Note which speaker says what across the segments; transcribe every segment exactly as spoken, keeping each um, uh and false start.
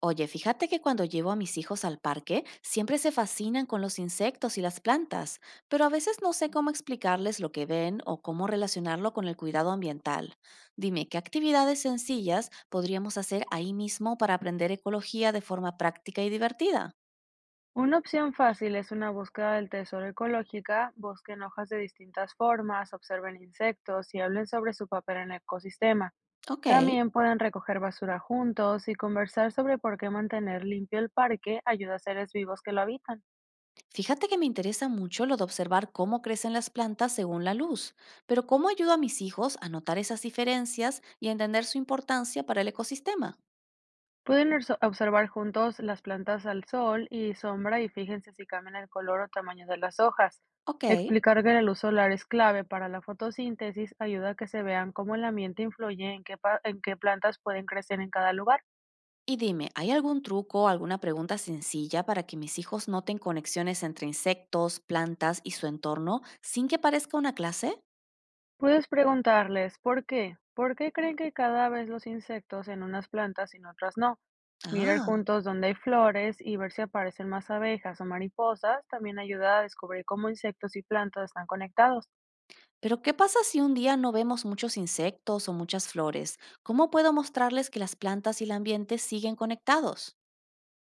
Speaker 1: Oye, fíjate que cuando llevo a mis hijos al parque, siempre se fascinan con los insectos y las plantas, pero a veces no sé cómo explicarles lo que ven o cómo relacionarlo con el cuidado ambiental. Dime, ¿qué actividades sencillas podríamos hacer ahí mismo para aprender ecología de forma práctica y divertida?
Speaker 2: Una opción fácil es una búsqueda del tesoro ecológica, busquen hojas de distintas formas, observen insectos y hablen sobre su papel en el ecosistema.
Speaker 1: Ok.
Speaker 2: También pueden recoger basura juntos y conversar sobre por qué mantener limpio el parque ayuda a seres vivos que lo habitan.
Speaker 1: Fíjate que me interesa mucho lo de observar cómo crecen las plantas según la luz, pero ¿cómo ayudo a mis hijos a notar esas diferencias y a entender su importancia para el ecosistema?
Speaker 2: Pueden orso- observar juntos las plantas al sol y sombra y fíjense si cambian el color o tamaño de las hojas.
Speaker 1: Ok.
Speaker 2: Explicar que la luz solar es clave para la fotosíntesis ayuda a que se vean cómo el ambiente influye en qué, pa- en qué plantas pueden crecer en cada lugar.
Speaker 1: Y dime, ¿hay algún truco o alguna pregunta sencilla para que mis hijos noten conexiones entre insectos, plantas y su entorno sin que parezca una clase?
Speaker 2: Puedes preguntarles, ¿por qué? ¿Por qué creen que cada vez los insectos en unas plantas y en otras no? Mirar
Speaker 1: Ah.
Speaker 2: juntos dónde hay flores y ver si aparecen más abejas o mariposas también ayuda a descubrir cómo insectos y plantas están conectados.
Speaker 1: Pero ¿qué pasa si un día no vemos muchos insectos o muchas flores? ¿Cómo puedo mostrarles que las plantas y el ambiente siguen conectados?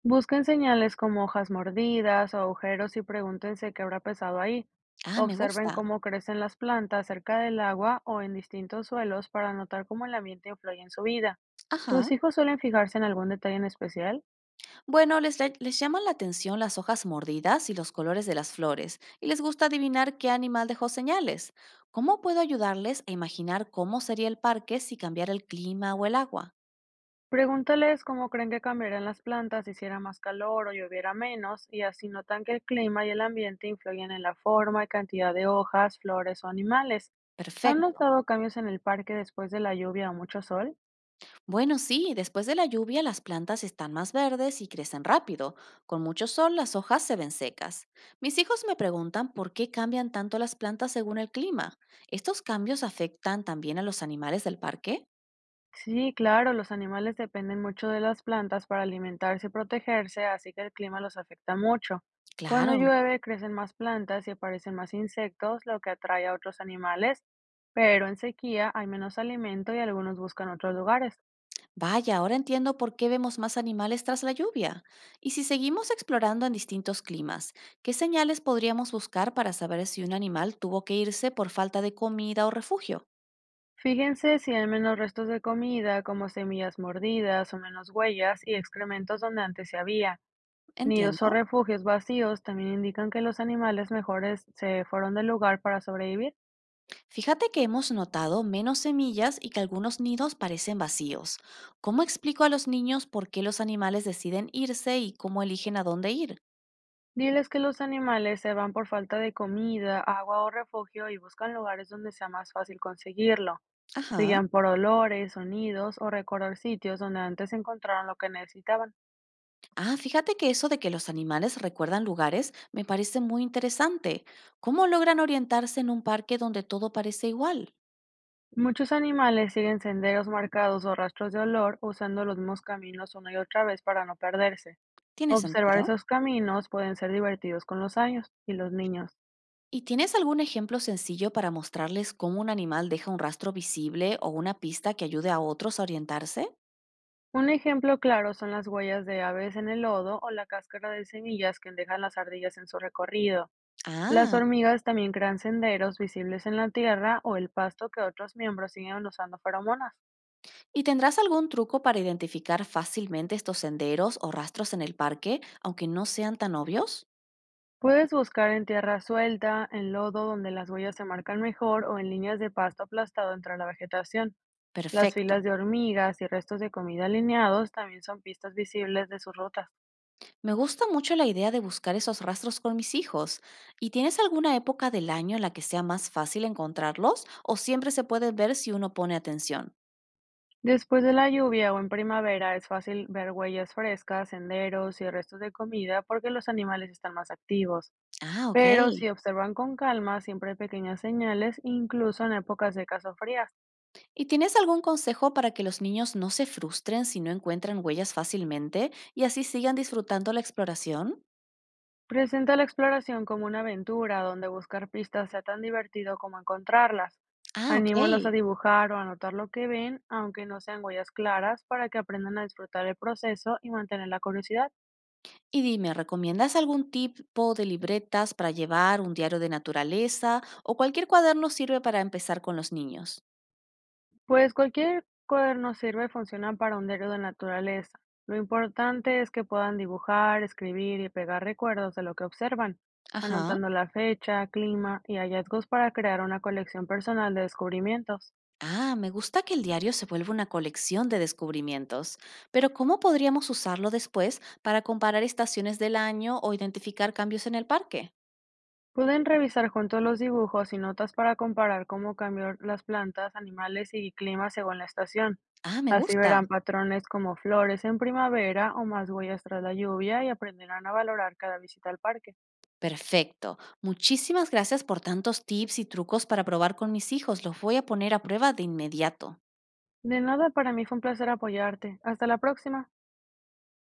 Speaker 2: Busquen señales como hojas mordidas o agujeros y pregúntense qué habrá pesado ahí.
Speaker 1: Ah, me
Speaker 2: Observen
Speaker 1: gusta.
Speaker 2: cómo crecen las plantas cerca del agua o en distintos suelos para notar cómo el ambiente influye en su vida. ¿Tus
Speaker 1: Ajá.
Speaker 2: hijos suelen fijarse en algún detalle en especial?
Speaker 1: Bueno, les, la- les llaman la atención las hojas mordidas y los colores de las flores, y les gusta adivinar qué animal dejó señales. ¿Cómo puedo ayudarles a imaginar cómo sería el parque si cambiara el clima o el agua?
Speaker 2: Pregúntales cómo creen que cambiarían las plantas si hiciera más calor o lloviera menos, y así notan que el clima y el ambiente influyen en la forma y cantidad de hojas, flores o animales. ¿Han
Speaker 1: Perfecto.
Speaker 2: notado cambios en el parque después de la lluvia o mucho sol?
Speaker 1: Bueno, sí, después de la lluvia las plantas están más verdes y crecen rápido. Con mucho sol las hojas se ven secas. Mis hijos me preguntan por qué cambian tanto las plantas según el clima. ¿Estos cambios afectan también a los animales del parque?
Speaker 2: Sí, claro, los animales dependen mucho de las plantas para alimentarse y protegerse, así que el clima los afecta mucho. Cuando
Speaker 1: Claro.
Speaker 2: llueve, crecen más plantas y aparecen más insectos, lo que atrae a otros animales, pero en sequía hay menos alimento y algunos buscan otros lugares.
Speaker 1: Vaya, ahora entiendo por qué vemos más animales tras la lluvia. Y si seguimos explorando en distintos climas, ¿qué señales podríamos buscar para saber si un animal tuvo que irse por falta de comida o refugio?
Speaker 2: Fíjense si hay menos restos de comida, como semillas mordidas o menos huellas y excrementos donde antes se había. Nidos o
Speaker 1: Entiendo.
Speaker 2: refugios vacíos también indican que los animales mejores se fueron del lugar para sobrevivir.
Speaker 1: Fíjate que hemos notado menos semillas y que algunos nidos parecen vacíos. ¿Cómo explico a los niños por qué los animales deciden irse y cómo eligen a dónde ir?
Speaker 2: Diles que los animales se van por falta de comida, agua o refugio y buscan lugares donde sea más fácil conseguirlo. Se
Speaker 1: Ajá.
Speaker 2: guían por olores, sonidos o recordar sitios donde antes encontraron lo que necesitaban.
Speaker 1: Ah, fíjate que eso de que los animales recuerdan lugares me parece muy interesante. ¿Cómo logran orientarse en un parque donde todo parece igual?
Speaker 2: Muchos animales siguen senderos marcados o rastros de olor usando los mismos caminos una y otra vez para no perderse.
Speaker 1: ¿Tiene
Speaker 2: Observar
Speaker 1: sentido?
Speaker 2: esos caminos pueden ser divertidos con los años y los niños.
Speaker 1: ¿Y tienes algún ejemplo sencillo para mostrarles cómo un animal deja un rastro visible o una pista que ayude a otros a orientarse?
Speaker 2: Un ejemplo claro son las huellas de aves en el lodo o la cáscara de semillas que dejan las ardillas en su recorrido. Las
Speaker 1: Ah.
Speaker 2: hormigas también crean senderos visibles en la tierra o el pasto que otros miembros siguen usando feromonas.
Speaker 1: ¿Y tendrás algún truco para identificar fácilmente estos senderos o rastros en el parque, aunque no sean tan obvios?
Speaker 2: Puedes buscar en tierra suelta, en lodo donde las huellas se marcan mejor o en líneas de pasto aplastado entre la vegetación. Las
Speaker 1: Perfecto.
Speaker 2: filas de hormigas y restos de comida alineados también son pistas visibles de sus rutas.
Speaker 1: Me gusta mucho la idea de buscar esos rastros con mis hijos. ¿Y tienes alguna época del año en la que sea más fácil encontrarlos o siempre se puede ver si uno pone atención?
Speaker 2: Después de la lluvia o en primavera es fácil ver huellas frescas, senderos y restos de comida porque los animales están más activos.
Speaker 1: Ah, ok.
Speaker 2: Pero si observan con calma, siempre hay pequeñas señales, incluso en épocas secas o frías.
Speaker 1: ¿Y tienes algún consejo para que los niños no se frustren si no encuentran huellas fácilmente y así sigan disfrutando la exploración?
Speaker 2: Presenta la exploración como una aventura donde buscar pistas sea tan divertido como encontrarlas.
Speaker 1: Ah, ok.
Speaker 2: Anímalos a dibujar o anotar lo que ven, aunque no sean huellas claras, para que aprendan a disfrutar el proceso y mantener la curiosidad.
Speaker 1: Y dime, ¿recomiendas algún tipo de libretas para llevar, un diario de naturaleza o cualquier cuaderno sirve para empezar con los niños?
Speaker 2: Pues cualquier cuaderno sirve, funciona para un diario de naturaleza. Lo importante es que puedan dibujar, escribir y pegar recuerdos de lo que observan,
Speaker 1: Ajá.
Speaker 2: anotando la fecha, clima y hallazgos para crear una colección personal de descubrimientos.
Speaker 1: Ah, me gusta que el diario se vuelva una colección de descubrimientos, pero ¿cómo podríamos usarlo después para comparar estaciones del año o identificar cambios en el parque?
Speaker 2: Pueden revisar juntos los dibujos y notas para comparar cómo cambió las plantas, animales y clima según la estación.
Speaker 1: Ah, me
Speaker 2: Así
Speaker 1: gusta.
Speaker 2: verán patrones como flores en primavera o más huellas tras la lluvia y aprenderán a valorar cada visita al parque.
Speaker 1: Perfecto. Muchísimas gracias por tantos tips y trucos para probar con mis hijos. Los voy a poner a prueba de inmediato.
Speaker 2: De nada, para mí fue un placer apoyarte. Hasta la próxima.